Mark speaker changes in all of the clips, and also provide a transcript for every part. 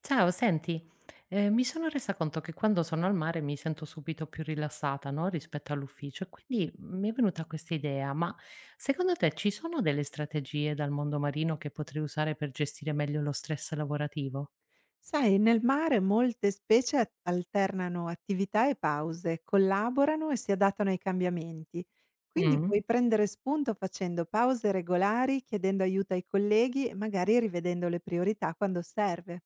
Speaker 1: Ciao, senti, mi sono resa conto che quando sono al mare mi sento subito più rilassata, no, rispetto all'ufficio e quindi mi è venuta questa idea, ma secondo te ci sono delle strategie dal mondo marino che potrei usare per gestire meglio lo stress lavorativo?
Speaker 2: Sai, nel mare molte specie alternano attività e pause, collaborano e si adattano ai cambiamenti. Quindi
Speaker 1: Mm,
Speaker 2: puoi prendere spunto facendo pause regolari, chiedendo aiuto ai colleghi e magari rivedendo le priorità quando serve.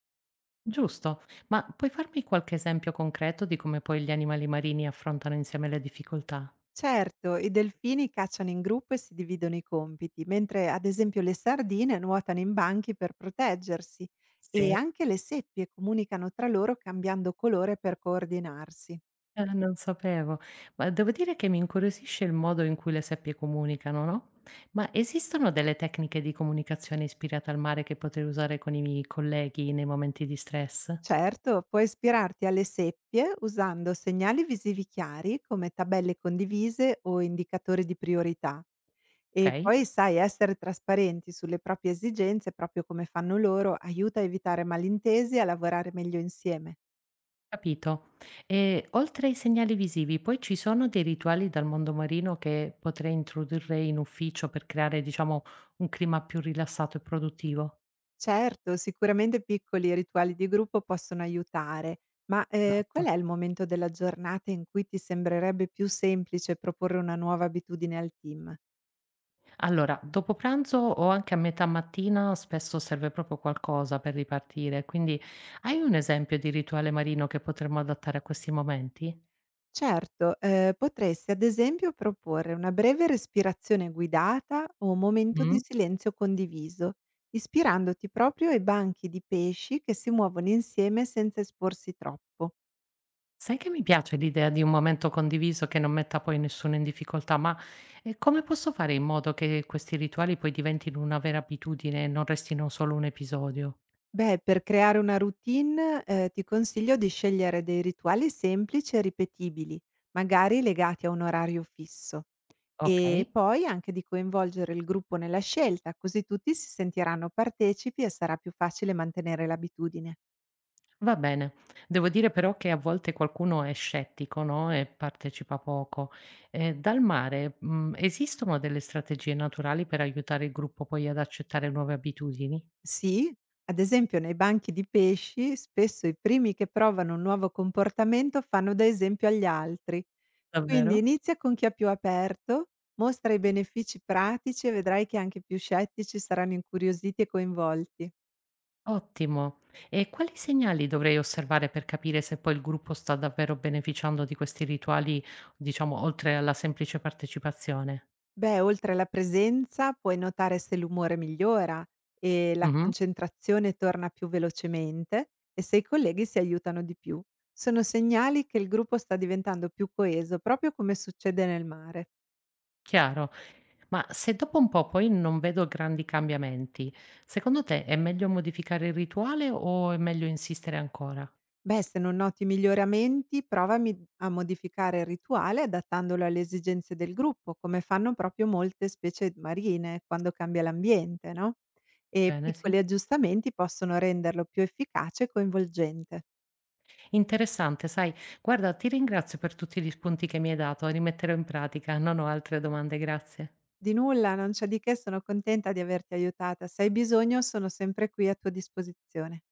Speaker 1: giusto, ma puoi farmi qualche esempio concreto di come poi gli animali marini affrontano insieme le difficoltà?
Speaker 2: Certo, i delfini cacciano in gruppo e si dividono i compiti, mentre ad esempio le sardine nuotano in banchi per proteggersi e
Speaker 1: Sì.
Speaker 2: anche le seppie comunicano tra loro cambiando colore per coordinarsi.
Speaker 1: Ah, non sapevo. Ma devo dire che mi incuriosisce il modo in cui le seppie comunicano, no? Ma esistono delle tecniche di comunicazione ispirate al mare che potrei usare con i miei colleghi nei momenti di stress?
Speaker 2: Certo, puoi ispirarti alle seppie usando segnali visivi chiari come tabelle condivise o indicatori di priorità e
Speaker 1: Ok,
Speaker 2: poi sai essere trasparenti sulle proprie esigenze proprio come fanno loro aiuta a evitare malintesi e a lavorare meglio insieme.
Speaker 1: capito. E oltre ai segnali visivi, poi ci sono dei rituali dal mondo marino che potrei introdurre in ufficio per creare, diciamo, un clima più rilassato e produttivo?
Speaker 2: Certo, sicuramente piccoli rituali di gruppo possono aiutare, ma qual
Speaker 1: Esatto.
Speaker 2: è il momento della giornata in cui ti sembrerebbe più semplice proporre una nuova abitudine al team?
Speaker 1: Allora, dopo pranzo o anche a metà mattina spesso serve proprio qualcosa per ripartire, quindi hai un esempio di rituale marino che potremmo adattare a questi momenti?
Speaker 2: Certo, potresti ad esempio proporre una breve respirazione guidata o un momento di
Speaker 1: Mh?
Speaker 2: silenzio condiviso, ispirandoti proprio ai banchi di pesci che si muovono insieme senza esporsi troppo.
Speaker 1: Sai che mi piace l'idea di un momento condiviso che non metta poi nessuno in difficoltà, ma come posso fare in modo che questi rituali poi diventino una vera abitudine e non restino solo un episodio?
Speaker 2: Beh, per creare una routine, ti consiglio di scegliere dei rituali semplici e ripetibili, magari legati a un orario fisso.
Speaker 1: Ok?
Speaker 2: E poi anche di coinvolgere il gruppo nella scelta, così tutti si sentiranno partecipi e sarà più facile mantenere l'abitudine.
Speaker 1: Va bene. Devo dire però che a volte qualcuno è scettico, no, e partecipa poco. Dal mare, esistono delle strategie naturali per aiutare il gruppo poi ad accettare nuove abitudini?
Speaker 2: Sì, ad esempio nei banchi di pesci spesso i primi che provano un nuovo comportamento fanno da esempio agli altri, quindi
Speaker 1: Davvero?
Speaker 2: inizia con chi è più aperto, mostra i benefici pratici e vedrai che anche i più scettici saranno incuriositi e coinvolti.
Speaker 1: Ottimo. E quali segnali dovrei osservare per capire se poi il gruppo sta davvero beneficiando di questi rituali, diciamo, oltre alla semplice partecipazione?
Speaker 2: Beh, oltre alla presenza puoi notare se l'umore migliora e la
Speaker 1: Mh-mh.
Speaker 2: concentrazione torna più velocemente e se i colleghi si aiutano di più. Sono segnali che il gruppo sta diventando più coeso, proprio come succede nel mare.
Speaker 1: Chiaro. Ma se dopo un po' poi non vedo grandi cambiamenti, secondo te è meglio modificare il rituale o è meglio insistere ancora?
Speaker 2: Beh, se non noti miglioramenti, prova a modificare il rituale adattandolo alle esigenze del gruppo, come fanno proprio molte specie marine quando cambia l'ambiente, no? E
Speaker 1: Bene, sì.
Speaker 2: piccoli aggiustamenti possono renderlo più efficace e coinvolgente.
Speaker 1: Interessante, sai. Guarda, ti ringrazio per tutti gli spunti che mi hai dato, rimetterò in pratica. Non ho altre domande, grazie.
Speaker 2: Di nulla, non c'è di che, sono contenta di averti aiutata. Se hai bisogno, sono sempre qui a tua disposizione.